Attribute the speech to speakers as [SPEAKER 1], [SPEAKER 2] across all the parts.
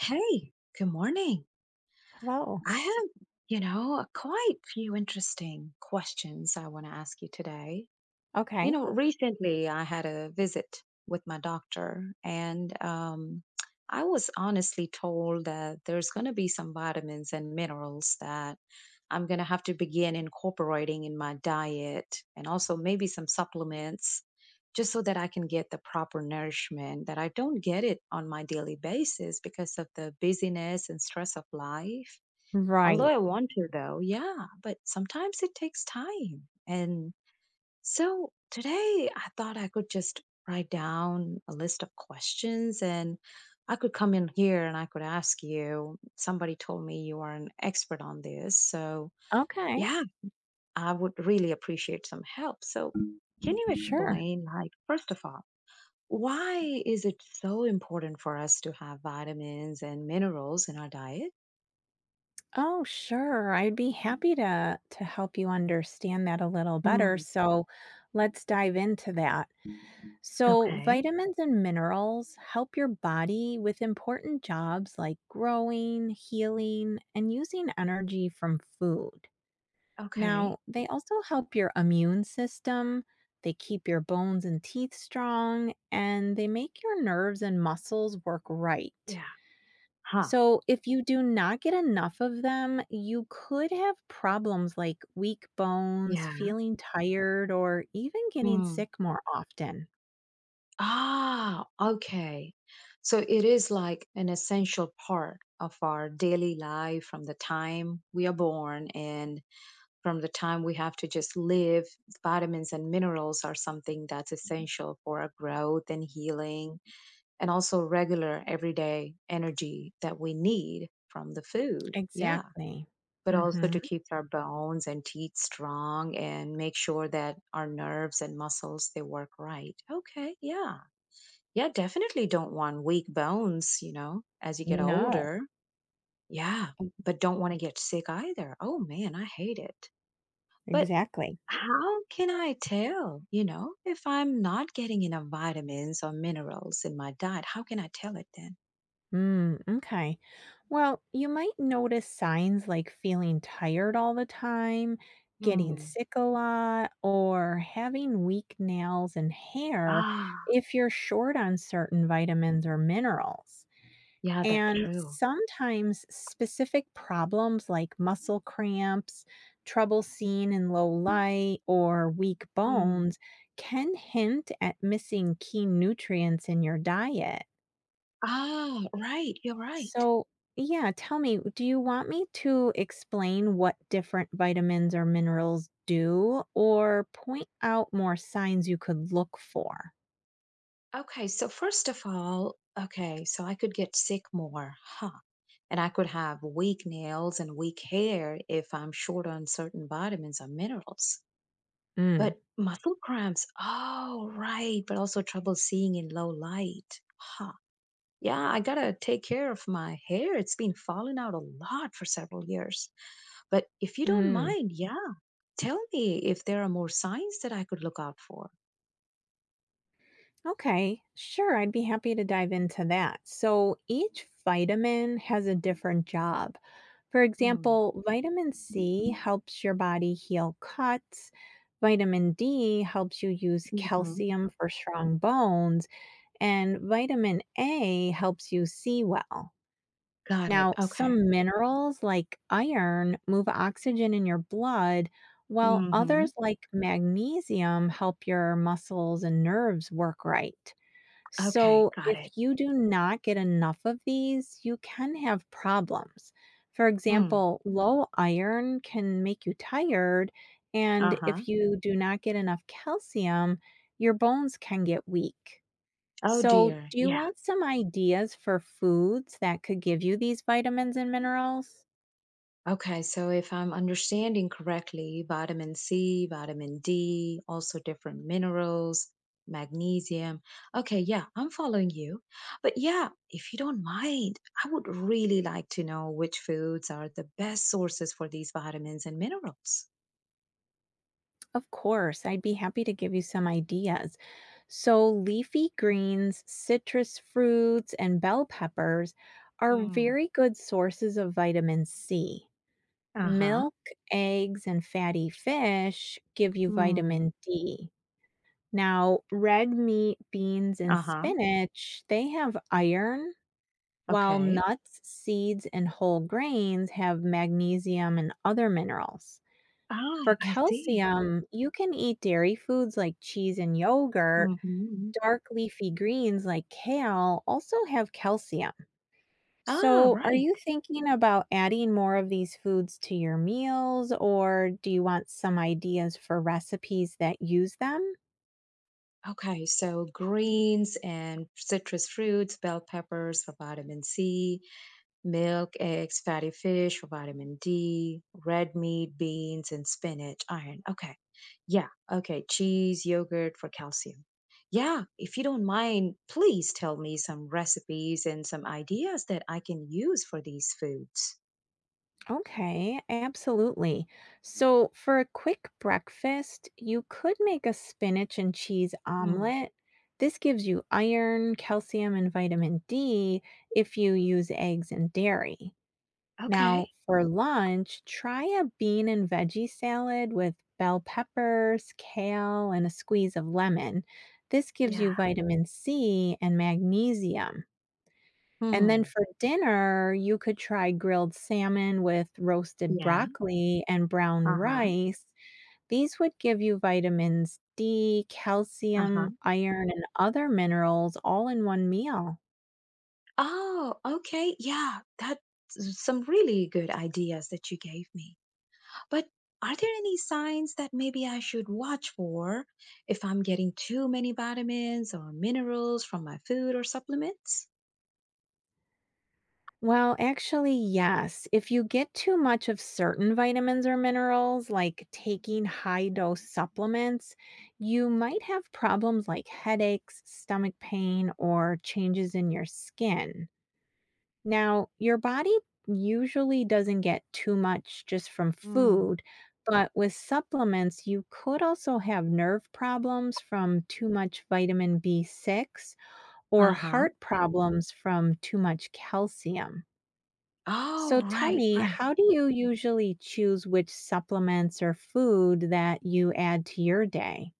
[SPEAKER 1] Hey, good morning.
[SPEAKER 2] Hello.
[SPEAKER 1] I have, a quite few interesting questions I want to ask you today. You
[SPEAKER 2] Okay.
[SPEAKER 1] know, recently I had a visit with my doctor, and I was honestly told that there's going to be some vitamins and minerals that I'm going to have to begin incorporating in my diet, and also maybe some supplements, just so that I can get the proper nourishment that I don't get it on my daily basis because of the busyness and stress of life. Although
[SPEAKER 2] Right.
[SPEAKER 1] I want to, though, yeah, but sometimes it takes time. And so today I thought I could just write down a list of questions and I could come in here and I could ask you. Somebody told me you are an expert on this. So,
[SPEAKER 2] Okay.
[SPEAKER 1] yeah, I would really appreciate some help. So, can you
[SPEAKER 2] Sure.
[SPEAKER 1] explain, like, first of all, why is it so important for us to have vitamins and minerals in our diet?
[SPEAKER 2] Oh, sure. I'd be happy to help you understand that a little better.
[SPEAKER 1] Hmm.
[SPEAKER 2] So, let's dive into that. So,
[SPEAKER 1] Okay.
[SPEAKER 2] vitamins and minerals help your body with important jobs like growing, healing, and using energy from food.
[SPEAKER 1] Okay.
[SPEAKER 2] Now, they also help your immune system. They keep your bones and teeth strong, and they make your nerves and muscles work right.
[SPEAKER 1] Yeah. Huh.
[SPEAKER 2] So, if you do not get enough of them, you could have problems like weak bones,
[SPEAKER 1] Yeah.
[SPEAKER 2] feeling tired, or even getting sick more often.
[SPEAKER 1] Ah, okay. So it is like an essential part of our daily life from the time we are born and from the time we have to just live. Vitamins and minerals are something that's essential for our growth and healing, and also regular everyday energy that we need from the food. Yeah.
[SPEAKER 2] Exactly.
[SPEAKER 1] But also
[SPEAKER 2] Mm-hmm.
[SPEAKER 1] to keep our bones and teeth strong and make sure that our nerves and muscles they work right. Okay, yeah. Yeah, definitely don't want weak bones, you know, as you get
[SPEAKER 2] No,
[SPEAKER 1] older. Yeah,
[SPEAKER 2] e-
[SPEAKER 1] but don't want to get sick either. Oh man, I hate it. But
[SPEAKER 2] exactly.
[SPEAKER 1] how can I tell, you know, if I'm not getting enough vitamins or minerals in my diet? How can I tell it then?
[SPEAKER 2] Mm, okay. Well, you might notice signs like feeling tired all the time, getting
[SPEAKER 1] Hmm.
[SPEAKER 2] sick a lot, or having weak nails and hair
[SPEAKER 1] Ah,
[SPEAKER 2] if you're short on certain vitamins or minerals.
[SPEAKER 1] yeah, that's
[SPEAKER 2] And
[SPEAKER 1] true.
[SPEAKER 2] sometimes specific problems like muscle cramps, trouble seeing in low light, or weak
[SPEAKER 1] Hmm.
[SPEAKER 2] bones can hint at missing key nutrients in your diet.
[SPEAKER 1] Ah, right. You're right.
[SPEAKER 2] So, yeah, tell me, do you want me to explain what different vitamins or minerals do or point out more signs you could look for?
[SPEAKER 1] Okay, so first of all, okay, so I could get sick more. Huh. And I could have weak nails and weak hair if I'm short on certain vitamins or minerals.
[SPEAKER 2] Mm.
[SPEAKER 1] But muscle cramps, oh, right, but also trouble seeing in low light. Huh. Yeah, I gotta take care of my hair. It's been falling out a lot for several years. But if you don't
[SPEAKER 2] Mm.
[SPEAKER 1] mind, yeah, tell me if there are more signs that I could look out for.
[SPEAKER 2] Okay, sure. I'd be happy to dive into that. So each vitamin has a different job. For
[SPEAKER 1] Mm.
[SPEAKER 2] example, vitamin C helps your body heal cuts, vitamin D helps you use
[SPEAKER 1] Hmm.
[SPEAKER 2] calcium for strong bones, and vitamin A helps you see well.
[SPEAKER 1] Got it.
[SPEAKER 2] Now,
[SPEAKER 1] Okay.
[SPEAKER 2] some minerals like iron move oxygen in your blood, while
[SPEAKER 1] Hmm.
[SPEAKER 2] others like magnesium help your muscles and nerves work right.
[SPEAKER 1] Okay,
[SPEAKER 2] So,
[SPEAKER 1] got
[SPEAKER 2] if
[SPEAKER 1] it.
[SPEAKER 2] you do not get enough of these, you can have problems. For
[SPEAKER 1] Hmm.
[SPEAKER 2] example, low iron can make you tired, and
[SPEAKER 1] Uh-huh.
[SPEAKER 2] if you do not get enough calcium, your bones can get weak.
[SPEAKER 1] Oh
[SPEAKER 2] So,
[SPEAKER 1] dear.
[SPEAKER 2] do you
[SPEAKER 1] Yeah.
[SPEAKER 2] want some ideas for foods that could give you these vitamins and minerals?
[SPEAKER 1] Okay, so if I'm understanding correctly, vitamin C, vitamin D, also different minerals, magnesium. Okay, yeah, I'm following you. But yeah, if you don't mind, I would really like to know which foods are the best sources for these vitamins and minerals.
[SPEAKER 2] Of course, I'd be happy to give you some ideas. So, leafy greens, citrus fruits, and bell peppers are
[SPEAKER 1] Hmm.
[SPEAKER 2] very good sources of vitamin C.
[SPEAKER 1] Uh-huh.
[SPEAKER 2] Milk, eggs, and fatty fish give you
[SPEAKER 1] Hmm.
[SPEAKER 2] vitamin D. Now, red meat, beans, and
[SPEAKER 1] Uh-huh.
[SPEAKER 2] spinach, they have iron, while
[SPEAKER 1] Okay.
[SPEAKER 2] nuts, seeds, and whole grains have magnesium and other minerals.
[SPEAKER 1] Ah,
[SPEAKER 2] For
[SPEAKER 1] I see.
[SPEAKER 2] calcium, you can eat dairy foods like cheese and yogurt.
[SPEAKER 1] Mm-hmm.
[SPEAKER 2] Dark leafy greens like kale also have calcium.
[SPEAKER 1] Ah,
[SPEAKER 2] So, are
[SPEAKER 1] right.
[SPEAKER 2] you thinking about adding more of these foods to your meals, or do you want some ideas for recipes that use them?
[SPEAKER 1] Okay, so greens and citrus fruits, bell peppers for vitamin C, milk, eggs, fatty fish for vitamin D, red meat, beans, and spinach, iron. Okay, yeah, okay, cheese, yogurt for calcium. Yeah, if you don't mind, please tell me some recipes and some ideas that I can use for these foods.
[SPEAKER 2] Okay, absolutely. So, for a quick breakfast, you could make a spinach and cheese
[SPEAKER 1] Hmm,
[SPEAKER 2] omelet. This gives you iron, calcium, and vitamin D if you use eggs and dairy. Now,
[SPEAKER 1] okay,
[SPEAKER 2] for lunch, try a bean and veggie salad with bell peppers, kale, and a squeeze of lemon. This gives you
[SPEAKER 1] yeah.
[SPEAKER 2] vitamin C and magnesium. And then
[SPEAKER 1] Hmm,
[SPEAKER 2] for dinner, you could try grilled salmon with roasted
[SPEAKER 1] yeah,
[SPEAKER 2] broccoli and brown
[SPEAKER 1] uh-huh,
[SPEAKER 2] rice. These would give you vitamins D, calcium,
[SPEAKER 1] uh-huh.
[SPEAKER 2] iron, and other minerals all in one meal.
[SPEAKER 1] Oh, okay. Yeah, that's some really good ideas that you gave me. But are there any signs that maybe I should watch for if I'm getting too many vitamins or minerals from my food or supplements?
[SPEAKER 2] Well, actually, yes. If you get too much of certain vitamins or minerals, like taking high dose supplements, you might have problems like headaches, stomach pain, or changes in your skin. Now, your body usually doesn't get too much just from
[SPEAKER 1] Mm.
[SPEAKER 2] food, but with supplements, you could also have nerve problems from too much vitamin B6 or
[SPEAKER 1] Uh huh.
[SPEAKER 2] heart problems from too much calcium.
[SPEAKER 1] Oh,
[SPEAKER 2] So tell
[SPEAKER 1] right,
[SPEAKER 2] me,
[SPEAKER 1] right.
[SPEAKER 2] how do you usually choose which supplements or food that you add to your day?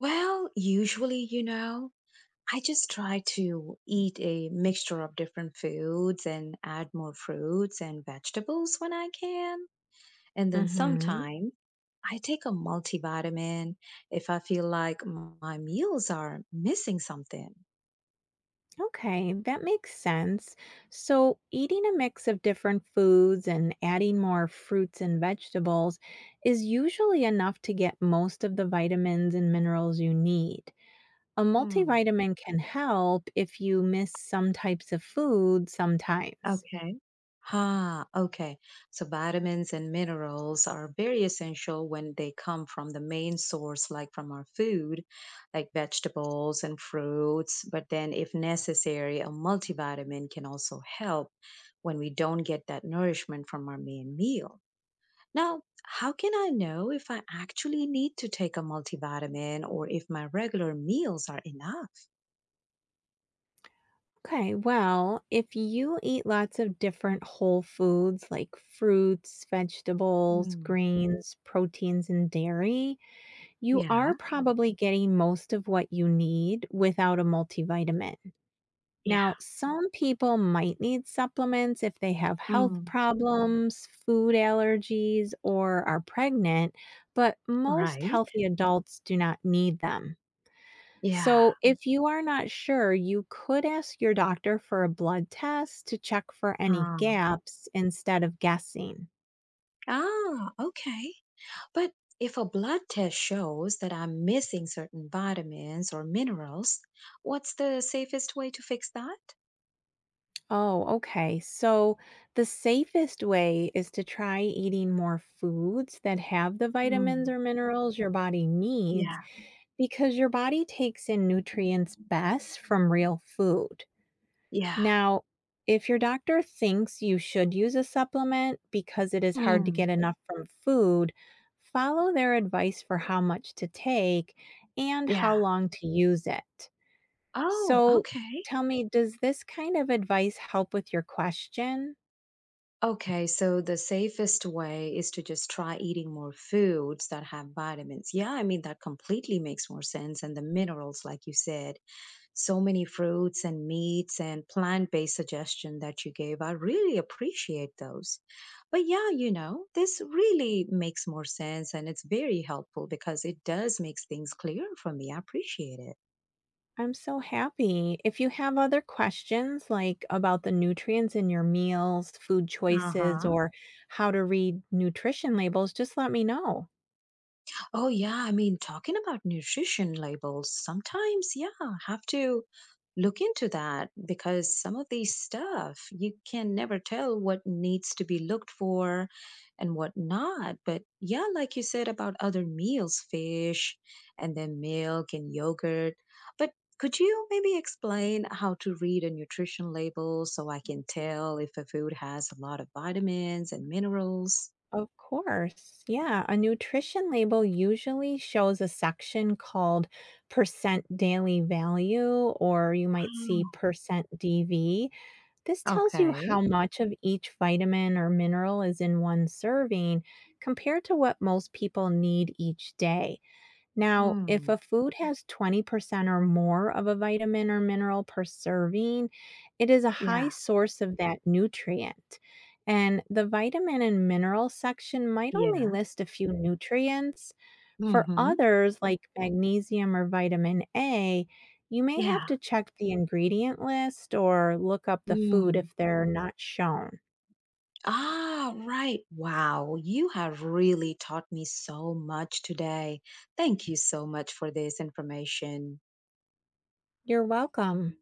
[SPEAKER 1] Well, usually, I just try to eat a mixture of different foods and add more fruits and vegetables when I can. And then
[SPEAKER 2] Mm-hmm.
[SPEAKER 1] sometime I take a multivitamin if I feel like my meals are missing something.
[SPEAKER 2] Okay, that makes sense. So, eating a mix of different foods and adding more fruits and vegetables is usually enough to get most of the vitamins and minerals you need. A
[SPEAKER 1] Hmm.
[SPEAKER 2] multivitamin can help if you miss some types of food sometimes.
[SPEAKER 1] Okay. Ah, okay. So vitamins and minerals are very essential when they come from the main source, like from our food, like vegetables and fruits. But then, if necessary, a multivitamin can also help when we don't get that nourishment from our main meal. Now, how can I know if I actually need to take a multivitamin or if my regular meals are enough?
[SPEAKER 2] Okay, well, if you eat lots of different whole foods like fruits, vegetables,
[SPEAKER 1] Mm.
[SPEAKER 2] greens, proteins, and dairy, you
[SPEAKER 1] Yeah.
[SPEAKER 2] are Mhm. probably getting most of what you need without a multivitamin.
[SPEAKER 1] Yeah.
[SPEAKER 2] Now, some people might need supplements if they have health
[SPEAKER 1] Mm.
[SPEAKER 2] problems, food allergies, or are pregnant, but most
[SPEAKER 1] Right.
[SPEAKER 2] healthy adults do not need them.
[SPEAKER 1] Yeah.
[SPEAKER 2] So, if you are not sure, you could ask your doctor for a blood test to check for any
[SPEAKER 1] Um,
[SPEAKER 2] gaps instead of guessing.
[SPEAKER 1] ah, okay. But if a blood test shows that I'm missing certain vitamins or minerals, what's the safest way to fix that?
[SPEAKER 2] Oh, okay. So, the safest way is to try eating more foods that have the vitamins
[SPEAKER 1] Mm.
[SPEAKER 2] or minerals your body needs
[SPEAKER 1] Yeah.
[SPEAKER 2] because your body takes in nutrients best from real food.
[SPEAKER 1] Yeah.
[SPEAKER 2] Now, if your doctor thinks you should use a supplement because it is hard to get
[SPEAKER 1] Mm.
[SPEAKER 2] enough from food, follow their advice for how much to take and how
[SPEAKER 1] Yeah.
[SPEAKER 2] long to use it.
[SPEAKER 1] Oh,
[SPEAKER 2] So,
[SPEAKER 1] okay.
[SPEAKER 2] tell me, does this kind of advice help with your question?
[SPEAKER 1] Okay, so the safest way is to just try eating more foods that have vitamins. Yeah, I mean, that completely makes more sense. And the minerals, like you said, so many fruits and meats and plant-based suggestion that you gave. I really appreciate those. But yeah, this really makes more sense and it's very helpful because it does makes things clear for me. I appreciate it.
[SPEAKER 2] I'm so happy. If you have other questions, like about the nutrients in your meals, food
[SPEAKER 1] Uh
[SPEAKER 2] choices,
[SPEAKER 1] huh.
[SPEAKER 2] or how to read nutrition labels, just let me know.
[SPEAKER 1] Oh yeah, I mean, talking about nutrition labels, sometimes, yeah, have to look into that because some of these stuff, you can never tell what needs to be looked for and what not. But yeah, like you said about other meals, fish and then milk and yogurt. But could you maybe explain how to read a nutrition label so I can tell if a food has a lot of vitamins and minerals?
[SPEAKER 2] Of course. Yeah. A nutrition label usually shows a section called percent daily value, or you might see
[SPEAKER 1] Mm.
[SPEAKER 2] percent DV. This tells you how
[SPEAKER 1] Okay.
[SPEAKER 2] much of each vitamin or mineral is in one serving compared to what most people need each day. Now, if
[SPEAKER 1] Mm.
[SPEAKER 2] a food has 20% or more of a vitamin or mineral per serving, it is a high
[SPEAKER 1] Yeah.
[SPEAKER 2] source of that nutrient. And the vitamin and mineral section might only
[SPEAKER 1] Yeah.
[SPEAKER 2] list a few nutrients. For
[SPEAKER 1] Mhm.
[SPEAKER 2] others, like magnesium or vitamin A, you may have
[SPEAKER 1] Yeah.
[SPEAKER 2] to check the ingredient list or look up the food
[SPEAKER 1] Mm.
[SPEAKER 2] if they're not shown.
[SPEAKER 1] Ah, right. Wow. You have really taught me so much today. Thank you so much for this information.
[SPEAKER 2] You're welcome.